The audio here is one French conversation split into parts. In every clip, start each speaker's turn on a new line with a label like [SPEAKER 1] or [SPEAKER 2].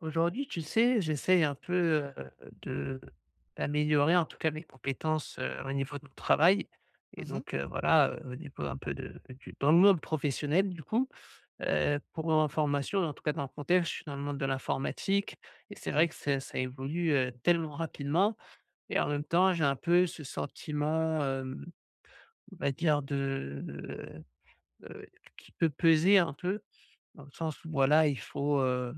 [SPEAKER 1] Aujourd'hui, tu sais, j'essaye un peu, de d'améliorer en tout cas mes compétences, au niveau de mon travail. Et
[SPEAKER 2] Mhm,
[SPEAKER 1] donc voilà, au niveau un peu de du dans le monde professionnel du coup, pour mon formation, en tout cas dans le contexte, je suis dans le monde de l'informatique. Et c'est
[SPEAKER 2] mhm,
[SPEAKER 1] vrai que ça évolue, tellement rapidement. Et en même temps, j'ai un peu ce sentiment, on va dire de, heu, qui peut peser un peu, dans le sens où voilà,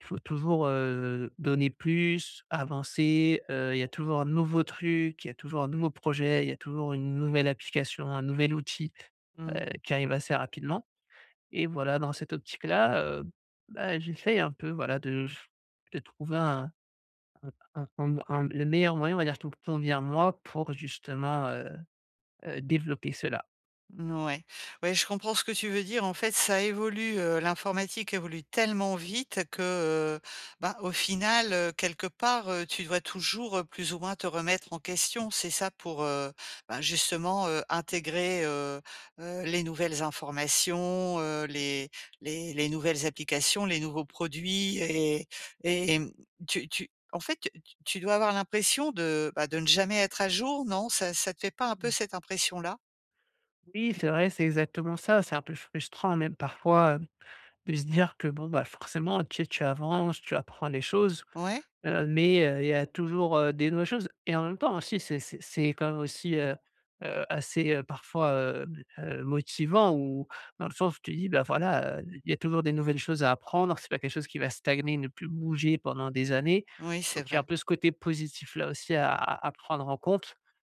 [SPEAKER 1] il faut toujours, donner plus, avancer, il y a toujours un nouveau truc, il y a toujours un nouveau projet, il y a toujours une nouvelle application, un nouvel outil,
[SPEAKER 2] mhm.
[SPEAKER 1] qui arrive assez rapidement. Et voilà, dans cette optique-là, bah, j'essaye un peu voilà de trouver un le meilleur moyen, on va dire, qui me convient à moi pour justement, développer cela.
[SPEAKER 2] Ouais. Ouais, je comprends ce que tu veux dire. En fait, ça évolue, l'informatique évolue tellement vite que, bah, au final, quelque part, tu dois toujours, plus ou moins te remettre en question. C'est ça pour, bah, justement, intégrer, les nouvelles informations, les les nouvelles applications, les nouveaux produits et tu tu en fait, tu dois avoir l'impression de, bah, de ne jamais être à jour, non? Ça te fait pas un peu
[SPEAKER 1] Mmh.
[SPEAKER 2] cette impression-là?
[SPEAKER 1] Oui, c'est vrai, c'est exactement ça. C'est un peu frustrant même parfois, de se dire que bon, bah, forcément, tu sais, tu avances, tu apprends les choses,
[SPEAKER 2] Ouais?
[SPEAKER 1] mais il y a toujours, des nouvelles choses. Et en même temps aussi, c'est quand même aussi, assez, parfois, motivant ou dans le sens où tu dis: «Bah, voilà, il y a toujours des nouvelles choses à apprendre, c'est pas quelque chose qui va stagner, ne plus bouger pendant des années».
[SPEAKER 2] Oui, c'est
[SPEAKER 1] Donc il y a un
[SPEAKER 2] vrai.
[SPEAKER 1] peu ce côté positif-là aussi à prendre en compte,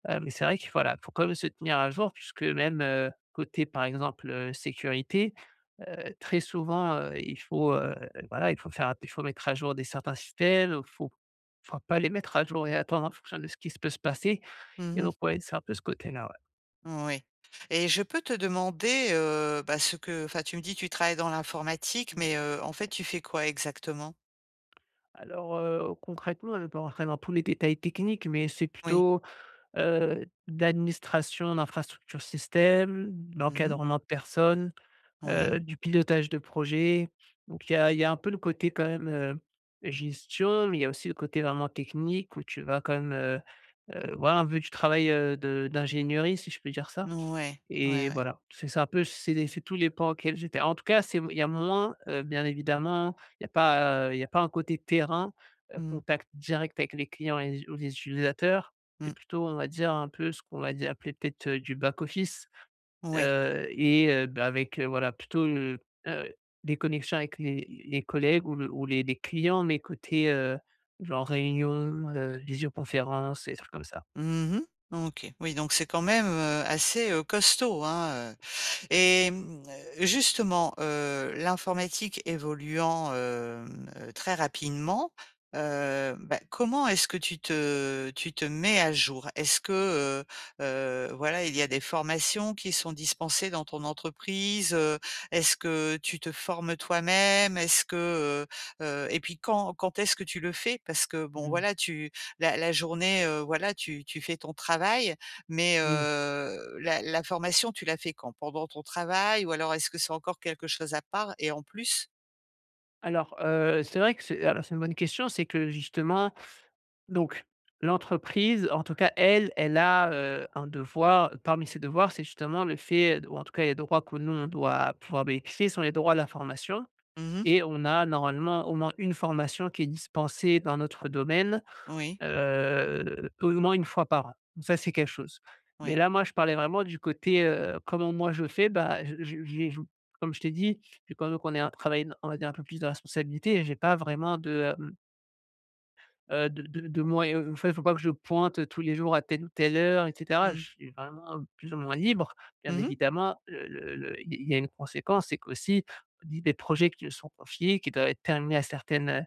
[SPEAKER 1] mais c'est vrai que voilà, faut quand même se tenir à jour puisque même, côté, par exemple, sécurité. Très souvent, il faut, voilà, il faut mettre à jour des certains systèmes. Il faut faut pas les mettre à jour et attendre en fonction de ce qui se peut se passer. Et
[SPEAKER 2] Mmh.
[SPEAKER 1] donc ouais, c'est un peu ce côté-là, ouais.
[SPEAKER 2] Oui, et je peux te demander, bah, ce que enfin, tu me dis tu travailles dans l'informatique, mais en fait, tu fais quoi exactement?
[SPEAKER 1] Alors, concrètement, je ne vais pas rentrer dans tous les détails techniques, mais c'est
[SPEAKER 2] Oui.
[SPEAKER 1] plutôt, d'administration d'infrastructure système,
[SPEAKER 2] Mmh mh.
[SPEAKER 1] d'encadrement de personnes,
[SPEAKER 2] Oui.
[SPEAKER 1] du pilotage de projet. Donc il y a un peu le côté quand même, gestion, mais il y a aussi le côté vraiment technique où tu vas quand même, voilà un peu du travail, de d'ingénierie, si je peux dire ça.
[SPEAKER 2] Ouais. Ouais,
[SPEAKER 1] Et
[SPEAKER 2] ouais.
[SPEAKER 1] voilà, c'est ça un peu, c'est tous les pans auxquels j'étais. En tout cas, c'est il y a moins, bien évidemment, il y a pas, il y a pas un côté terrain,
[SPEAKER 2] Mmh.
[SPEAKER 1] contact direct avec les clients et ou les utilisateurs. C'est
[SPEAKER 2] Mmh.
[SPEAKER 1] plutôt, on va dire, un peu ce qu'on va dire appeler peut-être, du back office.
[SPEAKER 2] Oui.
[SPEAKER 1] Et bah, avec, voilà plutôt, heu, des connexions avec les collègues ou le ou les clients, mais côté, genre réunion, visioconférence, des trucs comme ça.
[SPEAKER 2] Mmh. OK. Oui, donc c'est quand même, assez, costaud, hein. Et mmh, justement, l'informatique évoluant, très rapidement, bah, comment est-ce que tu te mets à jour? Est-ce que, voilà, il y a des formations qui sont dispensées dans ton entreprise? Est-ce que tu te formes toi-même? Est-ce que, et puis quand est-ce que tu le fais? Parce que bon,
[SPEAKER 1] Mmh.
[SPEAKER 2] voilà, tu la journée, voilà, tu fais ton travail, mais
[SPEAKER 1] Oui.
[SPEAKER 2] la la formation, tu l'as fait quand? Pendant ton travail? Ou alors est-ce que c'est encore quelque chose à part? Et en plus?
[SPEAKER 1] Alors, c'est vrai que c'est une bonne question, c'est que justement donc l'entreprise, en tout cas elle, elle a, un devoir, parmi ses devoirs, c'est justement le fait ou en tout cas les droits que nous on doit pouvoir bénéficier sont les droits à la formation.
[SPEAKER 2] Mmh.
[SPEAKER 1] Et on a normalement au moins une formation qui est dispensée dans notre domaine,
[SPEAKER 2] Oui,
[SPEAKER 1] Au moins une fois par an. Ça, c'est quelque chose. Mais
[SPEAKER 2] oui.
[SPEAKER 1] là, moi, je parlais vraiment du côté, comment moi je fais, bah, je j'ai jou, comme je t'ai dit, j'ai quand même qu'on ait un travail, on va dire un peu plus de responsabilité et j'ai pas vraiment de, de moyen en fait, il faut pas que je pointe tous les jours à telle ou telle heure et cetera. Je
[SPEAKER 2] Mmh.
[SPEAKER 1] suis vraiment plus ou moins libre. Bien
[SPEAKER 2] Mmh.
[SPEAKER 1] évidemment, le il y a une conséquence, c'est qu'aussi, des projets qui me sont confiés, qui doivent être terminés à certaines,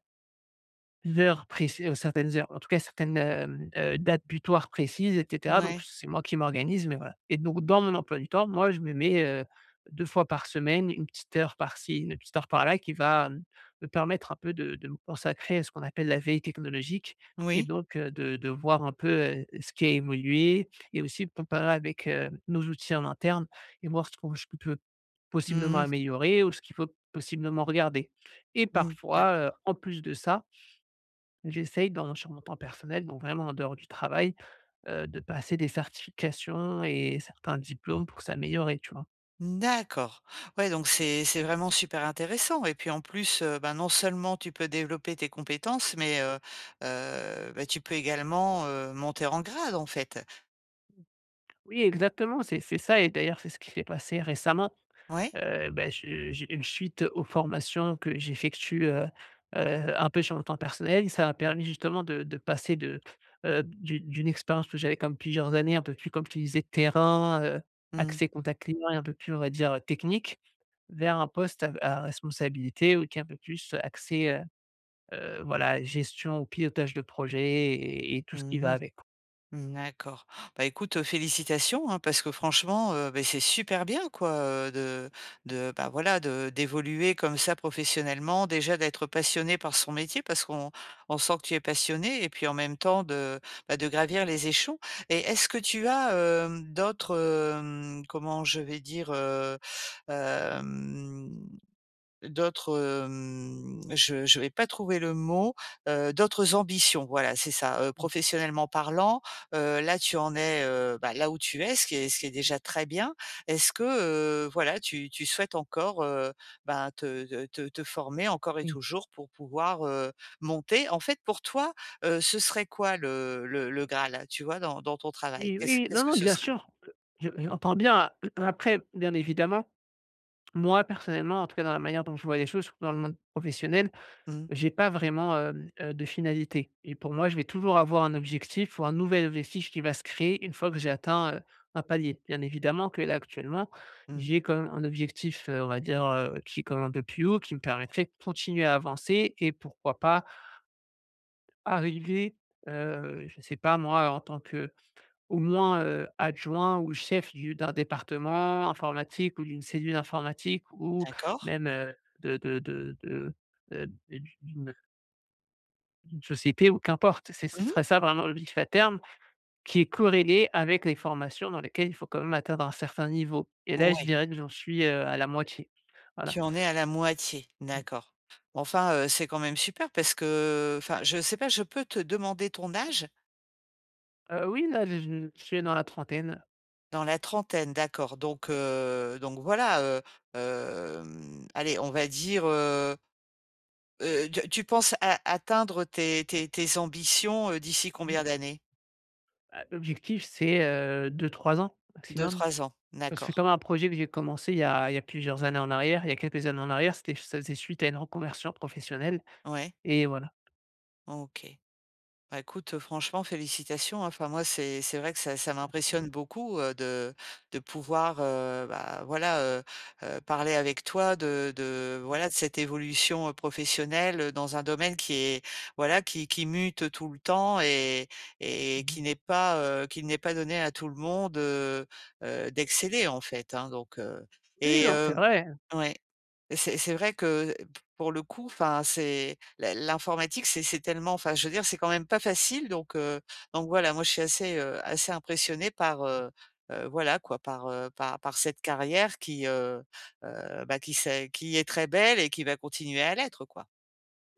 [SPEAKER 1] Heures préci certaines heures, en tout cas certaines, dates butoirs précises et cetera, donc
[SPEAKER 2] Ouais.
[SPEAKER 1] c'est moi qui m'organise, mais voilà. Et donc dans mon emploi du temps, moi je me mets, 2 fois par semaine, une petite heure par-ci, une petite heure par-là qui va, me permettre un peu de me consacrer à ce qu'on appelle la veille technologique. Et
[SPEAKER 2] Oui.
[SPEAKER 1] donc de voir un peu, ce qui a évolué et aussi de comparer avec, nos outils en interne et voir ce qu'on je peux possiblement
[SPEAKER 2] Mmh mh.
[SPEAKER 1] améliorer ou ce qu'il faut possiblement regarder. Et
[SPEAKER 2] Mmh.
[SPEAKER 1] parfois,
[SPEAKER 2] D'accord.
[SPEAKER 1] en plus de ça, j'essaye dans sur mon temps personnel, donc vraiment en dehors du travail, de passer des certifications et certains diplômes pour s'améliorer, tu vois?
[SPEAKER 2] D'accord. Ouais, donc c'est vraiment super intéressant et puis en plus, ben, non seulement tu peux développer tes compétences, mais bah, tu peux également, monter en grade, en fait.
[SPEAKER 1] Oui, exactement, c'est ça et d'ailleurs, c'est ce qui s'est passé récemment.
[SPEAKER 2] Ouais.
[SPEAKER 1] Bah, je j'ai une suite aux formations que j'effectue, heu, un peu sur le temps personnel. Ça m'a permis justement de passer de, d'une expérience que j'avais comme plusieurs années, un peu plus comme tu disais terrain,
[SPEAKER 2] Mmh.
[SPEAKER 1] accès contact client et un peu plus on va dire, technique, vers un poste à responsabilité ou qui est un peu plus axé, voilà gestion ou pilotage de projet. Et tout ce qui va
[SPEAKER 2] Mmh.
[SPEAKER 1] avec.
[SPEAKER 2] Mmh, d'accord. Bah, écoute, félicitations, hein, parce que franchement, beh, c'est super bien quoi, heu, de bah, voilà, de d'évoluer comme ça professionnellement. Déjà d'être passionné par son métier parce qu'on on sent que tu es passionné et puis en même temps de, bah, de gravir les échelons et est-ce que tu as, d'autres, comment je vais dire, hem d'autres, hem, je vais pas trouver le mot, d'autres ambitions, voilà, c'est ça, professionnellement parlant, là tu en es, bah, là où tu es, ce qui est
[SPEAKER 1] Mmh.
[SPEAKER 2] déjà très bien. Est-ce que, voilà, tu souhaites encore, ben, te former encore et
[SPEAKER 1] Oui,
[SPEAKER 2] toujours pour pouvoir, monter? En fait, pour toi, ce serait quoi le Graal, tu vois, dans dans ton travail?
[SPEAKER 1] oui, oui,
[SPEAKER 2] Qu'est-ce
[SPEAKER 1] oui,
[SPEAKER 2] qu'est-ce
[SPEAKER 1] non,
[SPEAKER 2] que
[SPEAKER 1] non,
[SPEAKER 2] ce
[SPEAKER 1] bien
[SPEAKER 2] serait?
[SPEAKER 1] sûr, je j'entends bien. Après, bien évidemment, moi, personnellement, en tout cas dans la manière dont je vois les choses, surtout dans le monde professionnel,
[SPEAKER 2] Mmh,
[SPEAKER 1] j'ai pas vraiment, de finalité et pour moi, je vais toujours avoir un objectif ou un nouvel objectif qui va se créer une fois que j'ai atteint, un palier. Bien évidemment que là, actuellement,
[SPEAKER 2] mmh.
[SPEAKER 1] j'ai quand même un objectif, on va dire, qui est quand même un peu plus haut, qui me permettrait de continuer à avancer et pourquoi pas arriver, je ne sais pas moi, en tant que au moins, adjoint ou chef du d'un département informatique ou d'une cellule informatique ou
[SPEAKER 2] D'accord.
[SPEAKER 1] même, de de de de, heu, d'une société ou qu'importe. C'est ce
[SPEAKER 2] Mmh.
[SPEAKER 1] serait ça vraiment l'objectif à terme qui est corrélé avec les formations dans lesquelles il faut quand même atteindre un certain niveau. Et là, je
[SPEAKER 2] Ouais.
[SPEAKER 1] dirais que j'en suis, à la moitié. Voilà.
[SPEAKER 2] Tu en es à la moitié,
[SPEAKER 1] Mmh.
[SPEAKER 2] d'accord. Enfin, c'est quand même super parce que enfin, je sais pas, je peux te demander ton âge?
[SPEAKER 1] Oui, là, je suis dans la trentaine.
[SPEAKER 2] Dans la trentaine, d'accord, donc voilà, allez, on va dire, tu penses a atteindre tes ambitions, d'ici
[SPEAKER 1] Mmh.
[SPEAKER 2] combien d'années?
[SPEAKER 1] Bah, l'objectif, c'est deux trois ans
[SPEAKER 2] Deux
[SPEAKER 1] maximum.
[SPEAKER 2] trois ans,
[SPEAKER 1] C'est
[SPEAKER 2] d'accord.
[SPEAKER 1] comme un projet que j'ai commencé il y a plusieurs années en arrière, il y a quelques années en arrière, c'était ça faisait suite à une reconversion professionnelle.
[SPEAKER 2] Ouais,
[SPEAKER 1] Et voilà.
[SPEAKER 2] OK. Bah, écoute, franchement félicitations, hein. Enfin moi c'est vrai que ça
[SPEAKER 1] Mmh.
[SPEAKER 2] m'impressionne beaucoup, de pouvoir, bah, voilà, parler avec toi de voilà, de cette évolution, professionnelle, dans un domaine qui est voilà, qui mute tout le temps et
[SPEAKER 1] Mmh.
[SPEAKER 2] qui n'est pas, qu'il n'est pas donné à tout le monde, d'exceller en fait, hein, donc
[SPEAKER 1] Oui,
[SPEAKER 2] et
[SPEAKER 1] non, c'est
[SPEAKER 2] hem
[SPEAKER 1] vrai.
[SPEAKER 2] ouais. C'est vrai que, pour le coup, enfin c'est la l'informatique, c'est tellement enfin, je veux dire, c'est quand même pas facile donc voilà, moi je suis assez, assez impressionnée par, voilà quoi, par, par par cette carrière qui, bah, qui s'est qui est très belle et qui va continuer à l'être quoi.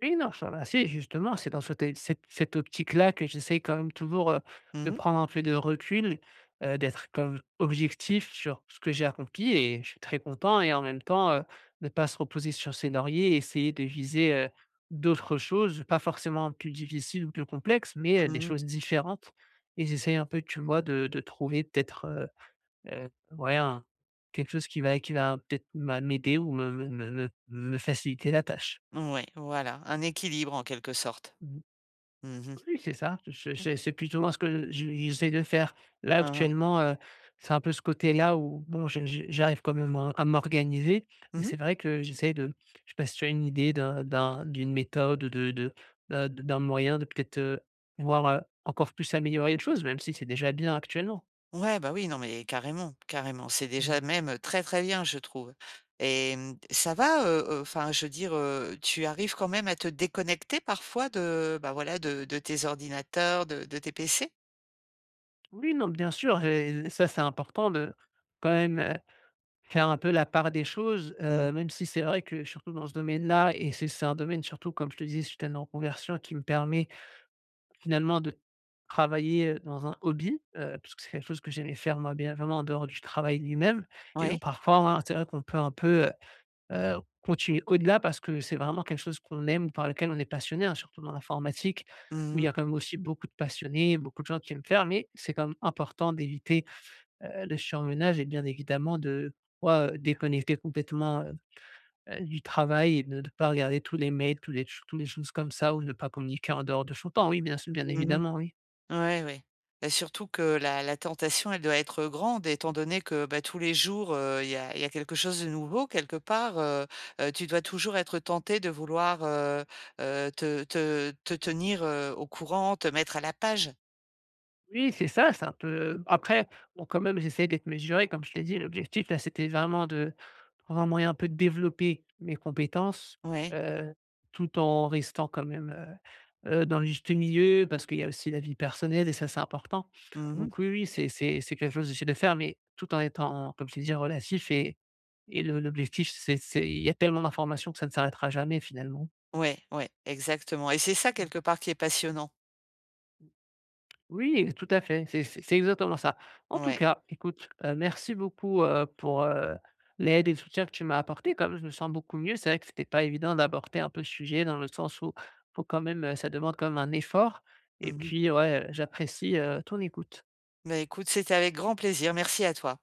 [SPEAKER 1] Oui, non, ça va, si, justement, c'est dans cette optique-là que j'essaye quand même toujours, de
[SPEAKER 2] Mmh mh.
[SPEAKER 1] prendre un peu de recul, d'être comme objectif sur ce que j'ai accompli et je suis très content. Et en même temps, ne pas se reposer sur ses lauriers et essayer de viser, d'autres choses, pas forcément plus difficiles ou plus complexes, mais, des
[SPEAKER 2] Mmh.
[SPEAKER 1] choses différentes. Et j'essaye un peu, tu vois, de trouver peut-être, heu, ouais, un quelque chose qui va peut-être m'aider ou me faciliter la tâche.
[SPEAKER 2] Ouais, voilà, un équilibre en quelque sorte. Mmh mh.
[SPEAKER 1] Oui, c'est ça.
[SPEAKER 2] Mmh.
[SPEAKER 1] Je c'est plutôt moi ce que je j'essaie de faire. Là,
[SPEAKER 2] Mmh.
[SPEAKER 1] actuellement, c'est un peu ce côté-là où bon, je j'arrive quand même à m'organiser, mais
[SPEAKER 2] Mmh.
[SPEAKER 1] c'est vrai que j'essaie de je sais pas si tu as une idée d'une méthode, d'un moyen de peut-être, pouvoir, encore plus améliorer les choses, même si c'est déjà bien actuellement.
[SPEAKER 2] Ouais, bah oui, non, mais carrément, carrément. C'est
[SPEAKER 1] Mmh.
[SPEAKER 2] déjà même très, très bien, je trouve. Et mmh, ça va, enfin, je veux dire, tu arrives quand même à te déconnecter parfois de, bah, voilà, de tes ordinateurs, de tes PC?
[SPEAKER 1] Oui, non, bien sûr et ça, c'est important de quand même, faire un peu la part des choses,
[SPEAKER 2] Mmh.
[SPEAKER 1] même si c'est vrai que surtout dans ce domaine-là. Et c'est un domaine surtout comme je te disais, je suis tellement en conversion qui me permet finalement de travailler, dans un hobby, parce que c'est quelque chose que j'aimais faire moi bien vraiment en dehors du travail lui-même. Et donc
[SPEAKER 2] Ouais.
[SPEAKER 1] parfois, hein, c'est vrai qu'on peut un peu, heu, continuer au-delà parce que c'est vraiment quelque chose qu'on aime, par lequel on est passionné, hein, surtout dans l'informatique où il
[SPEAKER 2] Mmh.
[SPEAKER 1] y a quand même aussi beaucoup de passionnés, beaucoup de gens qui aiment faire. Mais c'est quand même important d'éviter le surmenage est bien évidemment de soit déconnecter complètement, du travail et de ne pas regarder tous les mails, tous les choses comme ça ou ne pas communiquer en dehors de son temps. Oui, bien sûr, bien
[SPEAKER 2] Mmh.
[SPEAKER 1] évidemment, oui.
[SPEAKER 2] Ouais, ouais. Bah, surtout que la la tentation, elle doit être grande étant donné que, bah, tous les jours, il y a quelque chose de nouveau quelque part, tu dois toujours être tenté de vouloir, te tenir, au courant, te mettre à la page.
[SPEAKER 1] Oui, c'est ça, c'est un peu après, bon, quand même, j'essaie d'être mesuré, comme je t'ai dit, l'objectif, là, c'était vraiment de trouver un moyen un peu de développer mes compétences,
[SPEAKER 2] Ouais.
[SPEAKER 1] heu, tout en restant quand même, dans le juste milieu parce qu'il y a aussi la vie personnelle et ça, c'est important.
[SPEAKER 2] Mmh.
[SPEAKER 1] Donc oui, oui, c'est quelque chose que j'essaie de faire, mais tout en étant, comme je t'ai dit, relatif. Et le l'objectif, c'est il y a tellement d'informations que ça ne s'arrêtera jamais, finalement.
[SPEAKER 2] Ouais, ouais, exactement et c'est ça quelque part qui est passionnant.
[SPEAKER 1] Oui, tout à fait, c'est exactement ça. En tout
[SPEAKER 2] Ouais.
[SPEAKER 1] cas, écoute, merci beaucoup, pour, l'aide et le soutien que tu m'as apporté. Comme je me sens beaucoup mieux. C'est vrai que c'était pas évident d'aborder un peu le sujet dans le sens où, faut quand même, ça demande comme un effort. Et
[SPEAKER 2] Mmh.
[SPEAKER 1] puis ouais, j'apprécie, ton écoute.
[SPEAKER 2] Bah, écoute, c'était avec grand plaisir. Merci à toi.